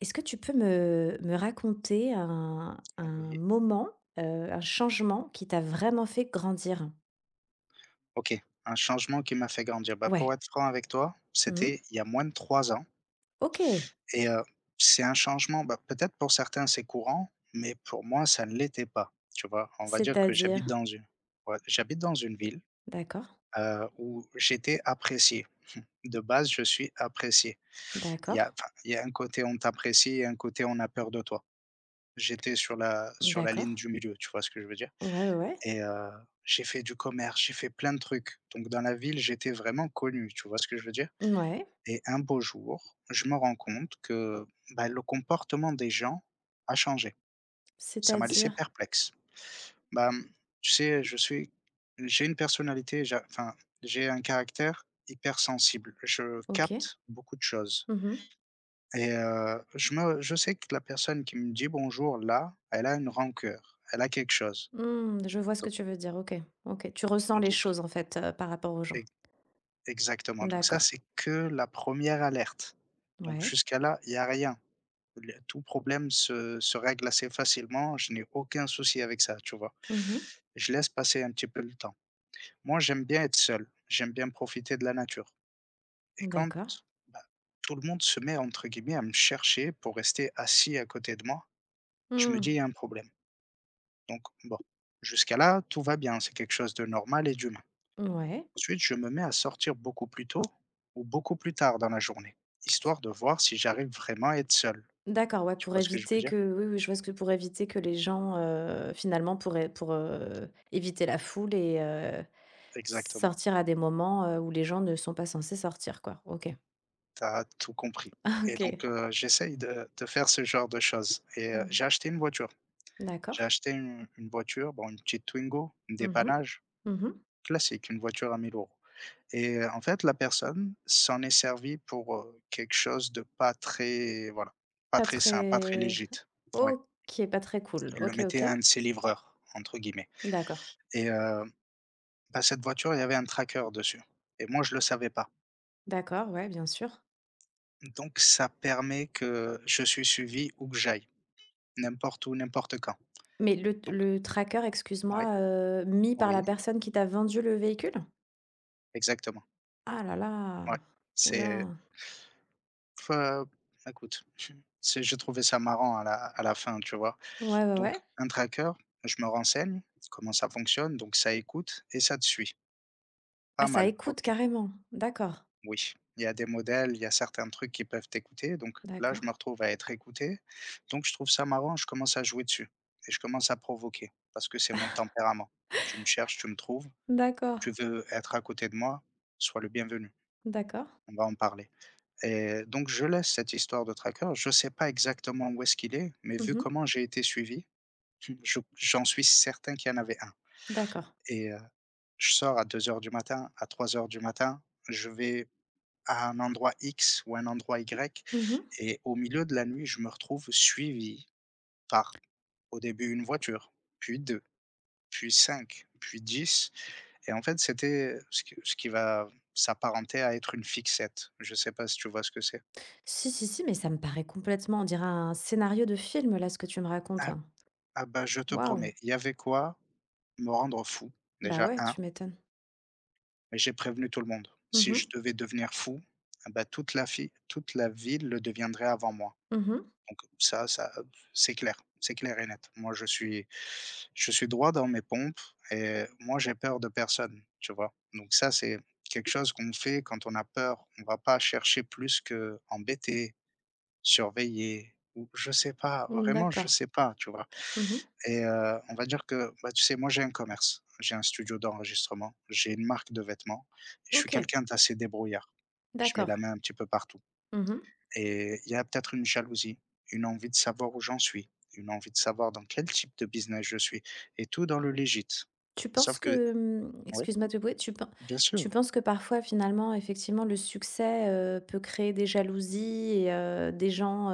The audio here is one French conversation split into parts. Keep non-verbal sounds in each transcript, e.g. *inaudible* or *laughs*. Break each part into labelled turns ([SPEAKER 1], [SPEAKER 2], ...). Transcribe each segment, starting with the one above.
[SPEAKER 1] Est-ce que tu peux me raconter un
[SPEAKER 2] Oui.
[SPEAKER 1] moment, heu, un changement qui t'a vraiment fait grandir?
[SPEAKER 2] OK, un changement qui m'a fait grandir. Bah, pour
[SPEAKER 1] Ouais.
[SPEAKER 2] être franc avec toi,
[SPEAKER 1] Mmh.
[SPEAKER 2] c'était il y a moins de 3 ans
[SPEAKER 1] OK.
[SPEAKER 2] et heu, c'est un changement, bah, peut-être pour certains c'est courant, mais pour moi ça ne l'était pas, tu vois? On va dire que j'habite
[SPEAKER 1] C'est-à-dire?
[SPEAKER 2] dans une ouais, j'habite dans une ville,
[SPEAKER 1] D'accord,
[SPEAKER 2] où j'étais apprécié. *laughs* De base, je suis apprécié. Il y
[SPEAKER 1] d'accord,
[SPEAKER 2] a, enfin, il y a un côté on t'apprécie et un côté on a peur de toi. J'étais sur la ligne
[SPEAKER 1] d'accord.
[SPEAKER 2] du milieu, tu vois ce que je veux dire?
[SPEAKER 1] Ouais, ouais, ouais.
[SPEAKER 2] Et j'ai fait du commerce, j'ai fait plein de trucs. Donc dans la ville, j'étais vraiment connu, tu vois ce que je veux dire?
[SPEAKER 1] Mouais.
[SPEAKER 2] Et un beau jour, je me rends compte que, bah, le comportement des gens a changé. Ça m'a laissé
[SPEAKER 1] C'est-à-dire?
[SPEAKER 2] perplexe. Bah, mmh, tu sais, je suis j'ai une personnalité, j'a enfin, j'ai un caractère hypersensible. Je
[SPEAKER 1] OK.
[SPEAKER 2] capte beaucoup de choses
[SPEAKER 1] Mmh mh.
[SPEAKER 2] je sais que la personne qui me dit bonjour là, elle a une rancœur, elle a quelque chose.
[SPEAKER 1] Mmh, je vois ce que
[SPEAKER 2] Donc
[SPEAKER 1] tu veux dire. OK, OK. Tu ressens les
[SPEAKER 2] donc
[SPEAKER 1] choses, en fait, par rapport aux gens.
[SPEAKER 2] Exactement, donc ça,
[SPEAKER 1] D'accord.
[SPEAKER 2] c'est que la première alerte. Donc
[SPEAKER 1] Ouais.
[SPEAKER 2] jusqu'à là, il y a rien. Le tout problème se règle assez facilement, je n'ai aucun souci avec ça, tu vois?
[SPEAKER 1] Mmh.
[SPEAKER 2] Je laisse passer un petit peu le temps. Moi, j'aime bien être seul, j'aime bien profiter de la nature et quand,
[SPEAKER 1] D'accord.
[SPEAKER 2] bah, tout le monde se met entre guillemets à me chercher pour rester assis à côté de moi, je me
[SPEAKER 1] Mmh.
[SPEAKER 2] dis: «Il y a un problème». Donc bon, jusqu'à là, tout va bien, c'est quelque chose de normal et d'humain.
[SPEAKER 1] Ouais.
[SPEAKER 2] Ensuite, je me mets à sortir beaucoup plus tôt ou beaucoup plus tard dans la journée, histoire de voir si j'arrive vraiment à être seul.
[SPEAKER 1] D'accord, ouais,
[SPEAKER 2] Tu
[SPEAKER 1] pour
[SPEAKER 2] vois ce que je veux
[SPEAKER 1] éviter
[SPEAKER 2] dire?
[SPEAKER 1] que oui, oui, je vois ce que pour éviter que les gens, finalement, éviter la foule et
[SPEAKER 2] Exactement,
[SPEAKER 1] sortir à des moments, où les gens ne sont pas censés sortir, quoi. OK.
[SPEAKER 2] tu as tout compris et
[SPEAKER 1] OK.
[SPEAKER 2] donc j'essaye de faire ce genre de choses et
[SPEAKER 1] Mmh.
[SPEAKER 2] j'ai acheté une voiture.
[SPEAKER 1] D'accord.
[SPEAKER 2] J'ai acheté une voiture, bon, une petite Twingo, un
[SPEAKER 1] Mmh mh.
[SPEAKER 2] dépannage,
[SPEAKER 1] Mmh.
[SPEAKER 2] classique, une voiture à mille euros. En fait, la personne s'en est servie pour, quelque chose de pas très, voilà, pas
[SPEAKER 1] Pas
[SPEAKER 2] très sain, pas très
[SPEAKER 1] très
[SPEAKER 2] légit. Ouais,
[SPEAKER 1] OK, pas très cool.
[SPEAKER 2] il le
[SPEAKER 1] OK,
[SPEAKER 2] mettait
[SPEAKER 1] OK.
[SPEAKER 2] à un de ses livreurs, entre guillemets,
[SPEAKER 1] D'accord.
[SPEAKER 2] et heu bah, cette voiture, il y avait un tracker dessus et moi, je le savais pas.
[SPEAKER 1] D'accord, ouais, bien sûr.
[SPEAKER 2] Donc ça permet que je suis suivi où que j'aille, n'importe où, n'importe quand.
[SPEAKER 1] Mais le
[SPEAKER 2] Donc
[SPEAKER 1] le tracker,
[SPEAKER 2] oui,
[SPEAKER 1] excuse-moi, mis par
[SPEAKER 2] oui,
[SPEAKER 1] la personne qui t'a vendu le véhicule?
[SPEAKER 2] exactement.
[SPEAKER 1] Ah là là!
[SPEAKER 2] Ouais. C'est
[SPEAKER 1] Oula.
[SPEAKER 2] fe écoute, c'est j'ai trouvé ça marrant à la fin, tu vois?
[SPEAKER 1] Ouais, ouais,
[SPEAKER 2] Donc
[SPEAKER 1] ouais.
[SPEAKER 2] un tracker, je me renseigne, comment ça fonctionne, donc ça écoute et ça te suit.
[SPEAKER 1] Ah,
[SPEAKER 2] Pas
[SPEAKER 1] ça
[SPEAKER 2] mal,
[SPEAKER 1] écoute
[SPEAKER 2] OK.
[SPEAKER 1] carrément. D'accord,
[SPEAKER 2] Oui, il y a des modèles, il y a certains trucs qui peuvent t'écouter. Donc là, je
[SPEAKER 1] d'accord,
[SPEAKER 2] me retrouve à être écouté. Donc je trouve ça marrant, je commence à jouer dessus et je commence à provoquer parce que c'est mon tempérament. Tu me cherches, tu me trouves,
[SPEAKER 1] d'accord,
[SPEAKER 2] tu veux être à côté de moi, sois le bienvenu.
[SPEAKER 1] d'accord.
[SPEAKER 2] On va en parler. Et donc je laisse cette histoire de tracker. Je ne sais pas exactement où est-ce qu'il est, mais vu
[SPEAKER 1] Mmh.
[SPEAKER 2] comment j'ai été suivi, *laughs* j'en suis certain qu'il y en avait un.
[SPEAKER 1] D'accord.
[SPEAKER 2] Et euh, je sors à 2 heures du matin, à 3 heures du matin, je vais à un endroit X ou un endroit Y.
[SPEAKER 1] Mmh.
[SPEAKER 2] Et au milieu de la nuit, je me retrouve suivi par, au début, une voiture, puis 2, puis 5, puis 10. Et en fait, c'était ce qui va s'apparenter à être une fixette. Je sais pas si tu vois ce que c'est?
[SPEAKER 1] Si, si, si, mais ça me paraît complètement on dirait un scénario de film, là, ce que tu me racontes.
[SPEAKER 2] Ah,
[SPEAKER 1] Hein.
[SPEAKER 2] ah, bah, je te
[SPEAKER 1] Waouh!
[SPEAKER 2] promets, il y avait quoi, me rendre fou,
[SPEAKER 1] Bah,
[SPEAKER 2] déjà
[SPEAKER 1] ouais,
[SPEAKER 2] un,
[SPEAKER 1] tu m'étonnes.
[SPEAKER 2] mais j'ai prévenu tout le monde. Si
[SPEAKER 1] Mmh
[SPEAKER 2] je devais devenir fou, ah bah, toute la ville le deviendrait avant moi.
[SPEAKER 1] mh. Mmh.
[SPEAKER 2] Donc ça, c'est clair et net. Moi, je suis droit dans mes pompes et moi, j'ai peur de personne, tu vois? Donc ça, c'est quelque chose qu'on fait quand on a peur. On va pas chercher plus que embêter, surveiller ou je sais pas, vraiment, je
[SPEAKER 1] D'accord.
[SPEAKER 2] sais pas, tu vois?
[SPEAKER 1] Mmh.
[SPEAKER 2] On va dire que, bah, tu sais, moi, j'ai un commerce, j'ai un studio d'enregistrement, j'ai une marque de vêtements et je suis
[SPEAKER 1] OK,
[SPEAKER 2] quelqu'un d'assez débrouillard. Je mets
[SPEAKER 1] d'accord.
[SPEAKER 2] la main un petit peu partout.
[SPEAKER 1] Mmh.
[SPEAKER 2] Et il y a peut-être une jalousie, une envie de savoir où j'en suis, une envie de savoir dans quel type de business je suis, et tout dans le légit.
[SPEAKER 1] Tu penses
[SPEAKER 2] Sauf que
[SPEAKER 1] que,
[SPEAKER 2] oui,
[SPEAKER 1] excuse-moi de te couper, tu pen
[SPEAKER 2] bien
[SPEAKER 1] tu
[SPEAKER 2] sûr.
[SPEAKER 1] penses que parfois, finalement, effectivement, le succès, peut créer des jalousies et des gens,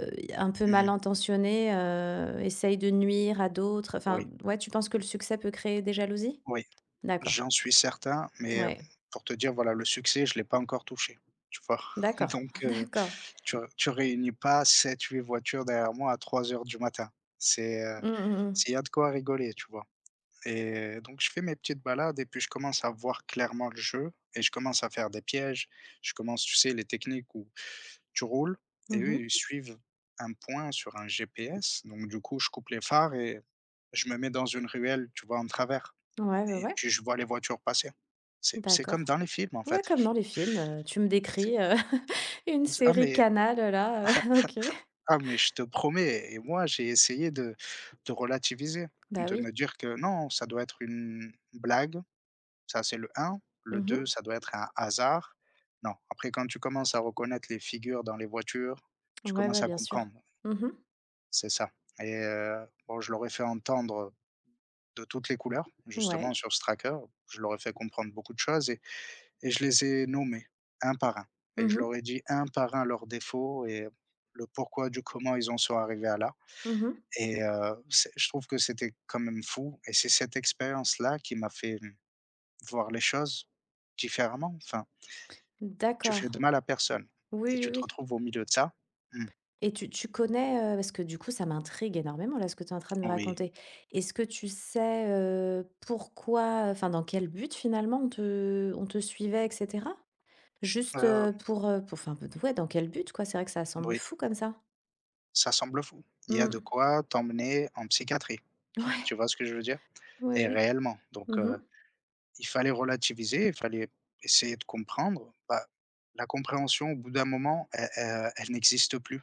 [SPEAKER 1] un peu mal
[SPEAKER 2] Mmh.
[SPEAKER 1] intentionné, essaye de nuire à d'autres, enfin,
[SPEAKER 2] Oui,
[SPEAKER 1] ouais, tu penses que le succès peut créer des jalousies?
[SPEAKER 2] oui,
[SPEAKER 1] D'accord,
[SPEAKER 2] j'en suis certain, mais
[SPEAKER 1] ouais,
[SPEAKER 2] pour te dire, voilà, le succès, je ne l'ai pas encore touché, tu vois? *laughs*
[SPEAKER 1] d'accord,
[SPEAKER 2] Donc
[SPEAKER 1] *laughs* d'accord.
[SPEAKER 2] tu réunis pas sept huit voitures derrière moi à trois heures du matin. C'est,
[SPEAKER 1] Mmh, mmh mh.
[SPEAKER 2] il y a de quoi rigoler, tu vois? Et donc je fais mes petites balades et puis je commence à voir clairement le jeu et je commence à faire des pièges. Je commence, tu sais, les techniques où tu roules et eux,
[SPEAKER 1] Mmh.
[SPEAKER 2] ils suivent un point sur un GPS. Donc du coup, je coupe les phares et je me mets dans une ruelle, tu vois, en travers.
[SPEAKER 1] Ouais, ouais,
[SPEAKER 2] Et
[SPEAKER 1] ouais,
[SPEAKER 2] puis je vois les voitures passer. C'est
[SPEAKER 1] d'accord.
[SPEAKER 2] comme dans les films, en
[SPEAKER 1] Ouais,
[SPEAKER 2] fait.
[SPEAKER 1] comme dans les films, tu me décris, *laughs* une
[SPEAKER 2] Ah
[SPEAKER 1] série
[SPEAKER 2] mais,
[SPEAKER 1] Canal, là, *laughs* OK.
[SPEAKER 2] je te promets, et moi, j'ai essayé de, relativiser,
[SPEAKER 1] Bah,
[SPEAKER 2] de
[SPEAKER 1] oui.
[SPEAKER 2] me dire que non, ça doit être une blague. Ça, c'est le un. Le 2,
[SPEAKER 1] Mmh.
[SPEAKER 2] ça doit être un hasard. Non, après quand tu commences à reconnaître les figures dans les voitures, tu
[SPEAKER 1] Ouais,
[SPEAKER 2] commences
[SPEAKER 1] ouais,
[SPEAKER 2] à
[SPEAKER 1] bien sûr.
[SPEAKER 2] comprendre,
[SPEAKER 1] Mmh.
[SPEAKER 2] c'est ça. Et bon, je leur ai fait entendre de toutes les couleurs, justement
[SPEAKER 1] Ouais.
[SPEAKER 2] sur ce tracker. Je leur ai fait comprendre beaucoup de choses et je les ai nommés, un par un,
[SPEAKER 1] Mmh
[SPEAKER 2] et je
[SPEAKER 1] mh.
[SPEAKER 2] leur ai dit un par un leurs défauts et le pourquoi du comment ils en sont arrivés à là.
[SPEAKER 1] Mmh.
[SPEAKER 2] C'est, je trouve que c'était quand même fou, et c'est cette expérience-là qui m'a fait, mmh, voir les choses différemment. Enfin, tu fais de
[SPEAKER 1] D'accord.
[SPEAKER 2] mal à personne et
[SPEAKER 1] Oui, oui,
[SPEAKER 2] tu te
[SPEAKER 1] oui.
[SPEAKER 2] retrouves au milieu de ça? Mmh,
[SPEAKER 1] Et tu connais, parce que du coup ça m'intrigue énormément là ce que tu es en train de me
[SPEAKER 2] oui,
[SPEAKER 1] raconter. Est-ce que tu sais, pourquoi, enfin dans quel but finalement on te suivait et cetera? Juste,
[SPEAKER 2] heu,
[SPEAKER 1] pour enfin ouais dans quel but quoi? C'est vrai que ça semble
[SPEAKER 2] oui,
[SPEAKER 1] fou comme ça.
[SPEAKER 2] ça semble fou. Il y a de
[SPEAKER 1] Mmh.
[SPEAKER 2] quoi t'emmener en psychiatrie.
[SPEAKER 1] Ouais.
[SPEAKER 2] Tu vois ce que je veux dire?
[SPEAKER 1] Ouais,
[SPEAKER 2] Et
[SPEAKER 1] ouais.
[SPEAKER 2] réellement, donc
[SPEAKER 1] Mmh.
[SPEAKER 2] il fallait relativiser, il fallait essayer de comprendre. Bah, la compréhension au bout d'un moment, elle n'existe plus.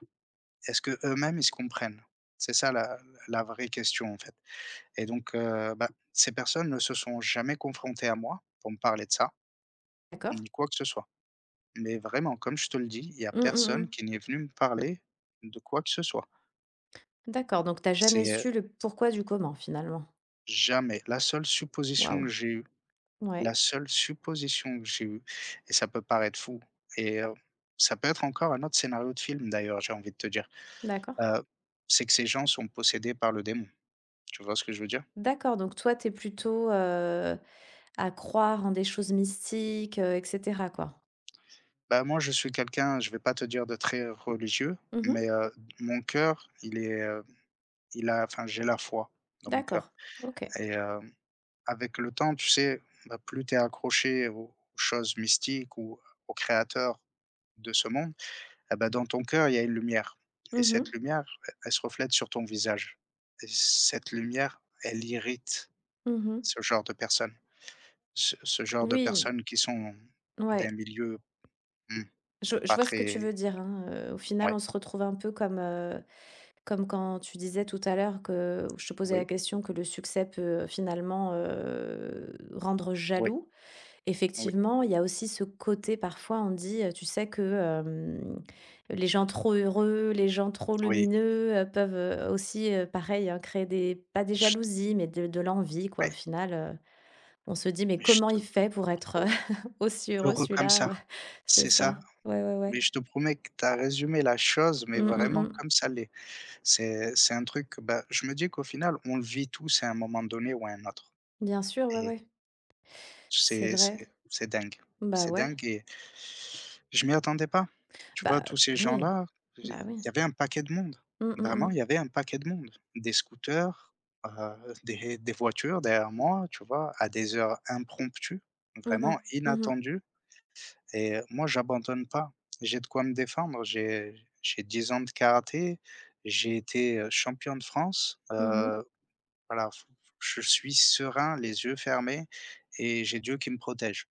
[SPEAKER 2] Est-ce que eux mêmes ils se comprennent? C'est ça la vraie question, en fait. Et donc bah, ces personnes ne se sont jamais confrontées à moi pour me parler de ça,
[SPEAKER 1] D'accord.
[SPEAKER 2] ni quoi que ce soit. Mais vraiment, comme je te le dis, il y a
[SPEAKER 1] Mmh mh, mmh.
[SPEAKER 2] personne qui n'est venu me parler de quoi que ce soit.
[SPEAKER 1] D'accord, donc tu as jamais
[SPEAKER 2] C'est,
[SPEAKER 1] su le pourquoi du comment finalement?
[SPEAKER 2] jamais. La seule supposition
[SPEAKER 1] Waouh.
[SPEAKER 2] que j'ai eue, la
[SPEAKER 1] Ouais.
[SPEAKER 2] seule supposition que j'ai eue et ça peut paraître fou, et heu, ça peut être encore un autre scénario de film d'ailleurs, j'ai envie de te dire,
[SPEAKER 1] D'accord.
[SPEAKER 2] heu, c'est que ces gens sont possédés par le démon. Tu vois ce que je veux dire?
[SPEAKER 1] D'accord, donc toi t'es plutôt, à croire en des choses mystiques, et cetera quoi?
[SPEAKER 2] Bah, moi, je suis quelqu'un, je vais pas te dire, de très religieux,
[SPEAKER 1] Mmh.
[SPEAKER 2] mais mon cœur, il est, il a enfin, j'ai la foi dans mon cœur
[SPEAKER 1] D'accord. OK.
[SPEAKER 2] et heu avec le temps, tu sais, bah, plus tu es accroché aux choses mystiques ou au créateur de ce monde, et bah, dans ton cœur, il y a une lumière
[SPEAKER 1] Mmh
[SPEAKER 2] et cette
[SPEAKER 1] mh.
[SPEAKER 2] lumière, e elle se reflète sur ton visage, et cette lumière, elle irrite
[SPEAKER 1] Mmh.
[SPEAKER 2] ce genre de personnes. Ce genre de
[SPEAKER 1] Oui,
[SPEAKER 2] personnes qui sont d'un
[SPEAKER 1] ouais.
[SPEAKER 2] milieu, mmh,
[SPEAKER 1] Je
[SPEAKER 2] pas
[SPEAKER 1] vois ce que tu veux
[SPEAKER 2] très,
[SPEAKER 1] dire, hein, au final,
[SPEAKER 2] ouais,
[SPEAKER 1] on se retrouve un peu comme, comme quand tu disais tout à l'heure que je te posais la
[SPEAKER 2] oui,
[SPEAKER 1] question que le succès peut finalement, rendre
[SPEAKER 2] oui,
[SPEAKER 1] jaloux.
[SPEAKER 2] oui,
[SPEAKER 1] Effectivement, il y a aussi ce côté parfois on dit, tu sais que, les gens trop heureux, les gens trop
[SPEAKER 2] oui,
[SPEAKER 1] lumineux, peuvent, aussi, pareil, hein, créer des pas des
[SPEAKER 2] je
[SPEAKER 1] jalousies, mais de l'envie quoi, au
[SPEAKER 2] ouais,
[SPEAKER 1] final. On se dit: «Mais
[SPEAKER 2] mais je
[SPEAKER 1] comment
[SPEAKER 2] te
[SPEAKER 1] il fait pour être,
[SPEAKER 2] promets,
[SPEAKER 1] *laughs* aussi heureux
[SPEAKER 2] heureux comme
[SPEAKER 1] celui-là,
[SPEAKER 2] ça.
[SPEAKER 1] heu?» C'est
[SPEAKER 2] C'est
[SPEAKER 1] ça.
[SPEAKER 2] ça,
[SPEAKER 1] Ouais, ouais, ouais.
[SPEAKER 2] mais je te promets que tu as résumé la chose, mais
[SPEAKER 1] Mmh, mmh
[SPEAKER 2] vraiment
[SPEAKER 1] mh.
[SPEAKER 2] comme ça l'est. C'est un truc, bah, je me dis qu'au final, on le vit tous à un moment donné ou à un autre,
[SPEAKER 1] Bien sûr, ouais,
[SPEAKER 2] et
[SPEAKER 1] ouais. C'est
[SPEAKER 2] c'est
[SPEAKER 1] vrai.
[SPEAKER 2] c'est c'est dingue.
[SPEAKER 1] Bah,
[SPEAKER 2] C'est
[SPEAKER 1] ouais.
[SPEAKER 2] dingue et je m'y attendais pas. Tu vois,
[SPEAKER 1] Bah,
[SPEAKER 2] tous ces
[SPEAKER 1] oui.
[SPEAKER 2] gens-là, il
[SPEAKER 1] Bah, oui.
[SPEAKER 2] y avait un paquet de monde.
[SPEAKER 1] Mmh, mmh
[SPEAKER 2] Vraiment,
[SPEAKER 1] mh.
[SPEAKER 2] il y avait un paquet de monde. Des scooters, des voitures derrière moi, tu vois? À des heures impromptues,
[SPEAKER 1] Mmh mh.
[SPEAKER 2] vraiment
[SPEAKER 1] Mmh. Mmh.
[SPEAKER 2] inattendues. Moi, j'abandonne pas. J'ai de quoi me défendre. J'ai 10 ans de karaté. J'ai été, champion de France.
[SPEAKER 1] Mmh, mmh.
[SPEAKER 2] Voilà, f je suis serein, les yeux fermés et j'ai Dieu qui me protège.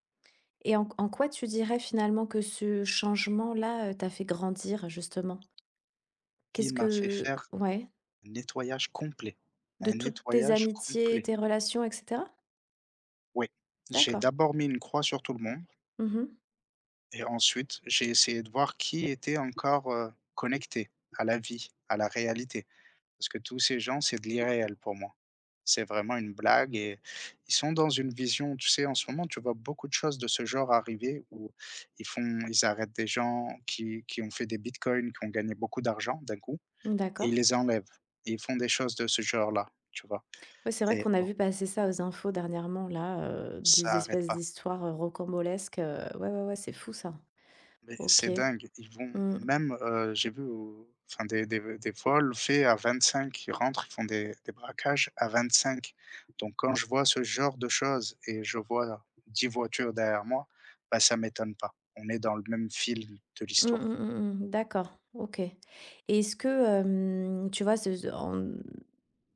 [SPEAKER 1] Et en quoi tu dirais finalement que ce changement-là, t'a fait grandir justement? Qu'est-ce
[SPEAKER 2] Il m'a fait
[SPEAKER 1] que
[SPEAKER 2] faire
[SPEAKER 1] ouais,
[SPEAKER 2] un nettoyage complet,
[SPEAKER 1] de
[SPEAKER 2] un
[SPEAKER 1] toutes tes
[SPEAKER 2] nettoyage
[SPEAKER 1] amitiés,
[SPEAKER 2] complet.
[SPEAKER 1] tes relations et cetera?
[SPEAKER 2] Oui. J'ai
[SPEAKER 1] D'accord.
[SPEAKER 2] d'abord mis une croix sur tout le monde
[SPEAKER 1] Mmh mmh.
[SPEAKER 2] et ensuite j'ai essayé de voir qui était encore, connecté à la vie, à la réalité. Parce que tous ces gens, c'est de l'irréel pour moi. C'est vraiment une blague et ils sont dans une vision, tu sais. En ce moment, tu vois beaucoup de choses de ce genre arriver où ils arrêtent des gens qui ont fait des bitcoins, qui ont gagné beaucoup d'argent d'un coup et
[SPEAKER 1] D'accord.
[SPEAKER 2] ils les enlèvent et ils font des choses de ce genre-là, tu vois?
[SPEAKER 1] Ouais, c'est vrai
[SPEAKER 2] Et
[SPEAKER 1] qu'on a
[SPEAKER 2] bon,
[SPEAKER 1] vu passer ça aux infos dernièrement, là, des
[SPEAKER 2] ça arrête
[SPEAKER 1] espèces
[SPEAKER 2] pas.
[SPEAKER 1] d'histoires, rocambolesques, ouais, ouais, ouais, c'est fou ça.
[SPEAKER 2] Mais
[SPEAKER 1] OK.
[SPEAKER 2] c'est dingue, ils vont
[SPEAKER 1] Mmh.
[SPEAKER 2] même, j'ai vu au enfin des vols faits à 25, ils rentrent, ils font des braquages à 25. Donc quand je vois ce genre de choses et je vois 10 voitures derrière moi, bah, ça m'étonne pas. On est dans le même fil de
[SPEAKER 1] Mmh, mmh,
[SPEAKER 2] l'histoire.
[SPEAKER 1] mmh, mmh. D'accord, OK. Et est-ce que, tu vois, ce en,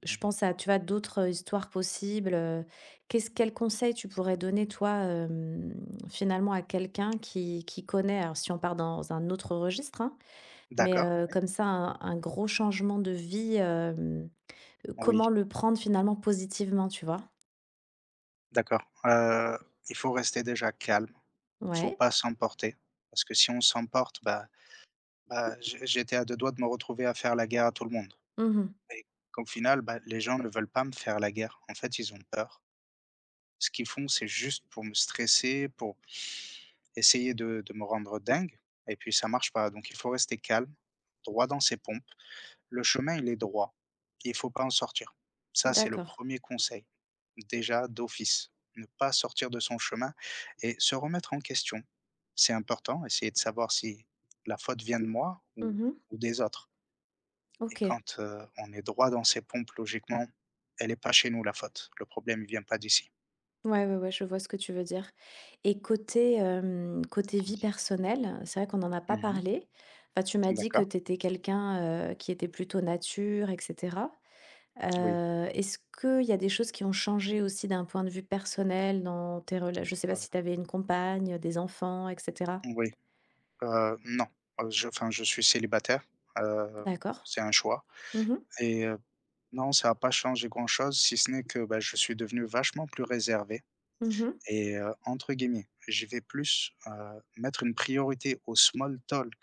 [SPEAKER 1] je
[SPEAKER 2] Oui.
[SPEAKER 1] pense à, tu vois, d'autres, histoires possibles, qu'est-ce quel conseil tu pourrais donner toi, finalement à quelqu'un qui connaît, alors si on part dans un autre registre, hein, mais,
[SPEAKER 2] D'accord, oui.
[SPEAKER 1] comme ça un gros changement de vie, hem
[SPEAKER 2] Oui,
[SPEAKER 1] comment le prendre finalement positivement, tu vois?
[SPEAKER 2] d'accord. Il faut rester déjà calme, il faut
[SPEAKER 1] Ouais.
[SPEAKER 2] pas s'emporter parce que si on s'emporte, bah, j'étais à 2 doigts de me retrouver à faire la guerre à tout le monde.
[SPEAKER 1] Mmh.
[SPEAKER 2] Et qu'au final, bah, les gens ne veulent pas me faire la guerre. En fait, ils ont peur. Ce qu'ils font, c'est juste pour me stresser, pour essayer de me rendre dingue et puis ça marche pas. Donc il faut rester calme, droit dans ses pompes. Le chemin, il est droit. Il faut pas en sortir. Ça, c'est le
[SPEAKER 1] D'accord.
[SPEAKER 2] premier conseil. Déjà, d'office, ne pas sortir de son chemin et se remettre en question. C'est important, essayer de savoir si la faute vient de moi
[SPEAKER 1] Mmh.
[SPEAKER 2] ou des autres. Et
[SPEAKER 1] OK.
[SPEAKER 2] quand, on est droit dans ses pompes, logiquement, elle est pas chez nous la faute. Le problème, il vient pas d'ici.
[SPEAKER 1] Ouais, ouais, ouais, je vois ce que tu veux dire et côté
[SPEAKER 2] Oui.
[SPEAKER 1] vie personnelle, c'est vrai qu'on n'en a pas
[SPEAKER 2] Mmh.
[SPEAKER 1] parlé. Enfin, tu m'as dit que
[SPEAKER 2] D'accord.
[SPEAKER 1] tu étais quelqu'un, qui était plutôt nature et cetera.
[SPEAKER 2] Oui,
[SPEAKER 1] Est-ce qu'il y a des choses qui ont changé aussi d'un point de vue personnel dans tes relations je sais pas
[SPEAKER 2] heu,
[SPEAKER 1] si tu avais une compagne, des enfants et cetera?
[SPEAKER 2] oui, non, je enfin, je suis célibataire, heu,
[SPEAKER 1] D'accord.
[SPEAKER 2] c'est un choix.
[SPEAKER 1] Mhm.
[SPEAKER 2] Et non, ça a pas changé grand chose si ce n'est que, bah, je suis devenu vachement plus réservé.
[SPEAKER 1] Mhm.
[SPEAKER 2] Et entre guillemets, je vais plus, mettre une priorité au small talk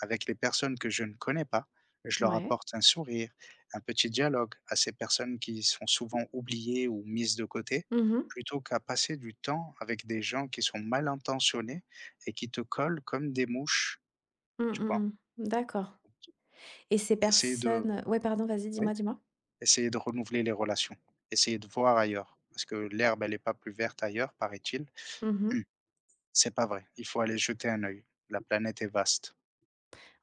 [SPEAKER 2] avec les personnes que je ne connais pas. Je leur
[SPEAKER 1] Ouais.
[SPEAKER 2] apporte un sourire, un petit dialogue à ces personnes qui sont souvent oubliées ou mises de côté,
[SPEAKER 1] Mhm. mh.
[SPEAKER 2] plutôt qu'à passer du temps avec des gens qui sont mal intentionnés et qui te collent comme des mouches,
[SPEAKER 1] Mmh,
[SPEAKER 2] tu
[SPEAKER 1] mmh
[SPEAKER 2] vois?
[SPEAKER 1] mmh. D'accord. Et ces
[SPEAKER 2] Essayer de
[SPEAKER 1] personnes ouais, pardon, vas-y,
[SPEAKER 2] Oui,
[SPEAKER 1] dis-moi, dis-moi.
[SPEAKER 2] essayer de renouveler les relations, essayer de voir ailleurs, parce que l'herbe, elle est pas plus verte ailleurs, paraît-il.
[SPEAKER 1] Mmh.
[SPEAKER 2] C'est pas vrai, il faut aller jeter un œil. La planète est vaste.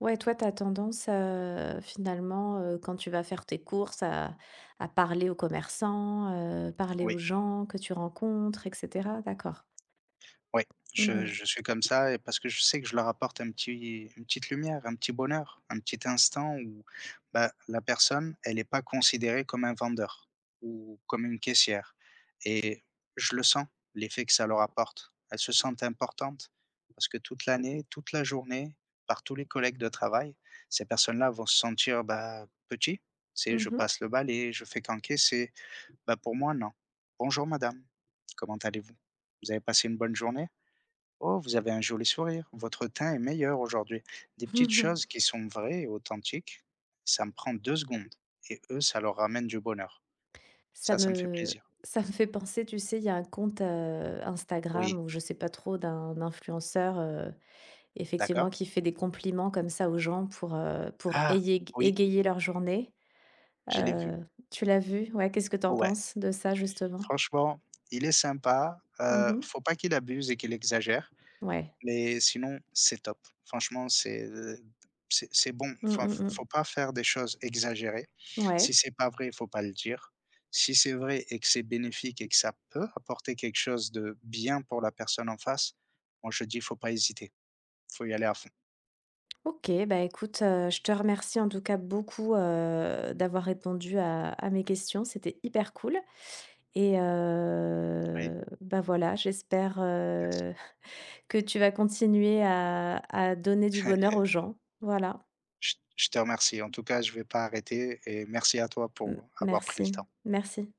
[SPEAKER 1] Ouais, toi, tu as tendance, finalement, quand tu vas faire tes courses à parler aux commerçants, parler aux
[SPEAKER 2] Oui,
[SPEAKER 1] gens que tu rencontres et cetera? D'accord.
[SPEAKER 2] oui,
[SPEAKER 1] Mmh mh.
[SPEAKER 2] je suis comme ça, et parce que je sais que je leur apporte un petit une petite lumière, un petit bonheur, un petit instant où, bah, la personne, elle est pas considérée comme un vendeur ou comme une caissière, et je le sens, l'effet que ça leur apporte. Elles se sentent importantes parce que toute l'année, toute la journée, par tous les collègues de travail, ces personnes-là vont se sentir, bah, petits. Tu sais, je passe le balai, je fais qu'encaisser. Bah, pour moi, non. «Bonjour madame, comment allez-vous? Vous avez passé une bonne journée? Oh, vous avez un joli sourire, votre teint est meilleur aujourd'hui.» Des petites
[SPEAKER 1] *laughs*
[SPEAKER 2] choses qui sont vraies et authentiques, ça me prend 2 secondes, et eux, ça leur ramène du bonheur.
[SPEAKER 1] Ça
[SPEAKER 2] Ça me fait
[SPEAKER 1] me
[SPEAKER 2] plaisir.
[SPEAKER 1] ça me fait penser, tu sais, il y a un compte, Instagram
[SPEAKER 2] Oui,
[SPEAKER 1] ou je sais pas trop d'un influenceur,
[SPEAKER 2] d'accord.
[SPEAKER 1] effectivement qui fait des compliments comme ça aux gens pour
[SPEAKER 2] Ah!
[SPEAKER 1] éyég
[SPEAKER 2] Oui,
[SPEAKER 1] égayer leur journée.
[SPEAKER 2] je l'ai vu.
[SPEAKER 1] Heu, Tu l'as vu? Ouais, qu'est-ce que t'en
[SPEAKER 2] Ouais,
[SPEAKER 1] penses de ça justement?
[SPEAKER 2] franchement, il est sympa,
[SPEAKER 1] Mmh.
[SPEAKER 2] faut pas qu'il abuse et qu'il exagère.
[SPEAKER 1] Ouais.
[SPEAKER 2] Mais sinon, c'est top. Franchement, c'est, c'est bon.
[SPEAKER 1] Mmh,
[SPEAKER 2] Enfin,
[SPEAKER 1] mmh
[SPEAKER 2] faut pas faire des choses exagérées.
[SPEAKER 1] mh. Ouais.
[SPEAKER 2] Si c'est pas vrai, faut pas le dire. Si c'est vrai et que c'est bénéfique et que ça peut apporter quelque chose de bien pour la personne en face, moi je dis: «Faut pas hésiter, faut y aller à fond.»
[SPEAKER 1] OK, bah, écoute, je te remercie en tout cas beaucoup, d'avoir répondu à mes questions. C'était hyper cool et
[SPEAKER 2] Oui,
[SPEAKER 1] bah, voilà, j'espère,
[SPEAKER 2] merci.
[SPEAKER 1] *laughs* que tu vas continuer à donner du bonheur
[SPEAKER 2] *laughs*
[SPEAKER 1] aux gens. Voilà.
[SPEAKER 2] Je te remercie. En tout cas, je vais pas arrêter et merci à toi
[SPEAKER 1] M
[SPEAKER 2] pour avoir pris le
[SPEAKER 1] Merci.
[SPEAKER 2] temps.
[SPEAKER 1] Merci.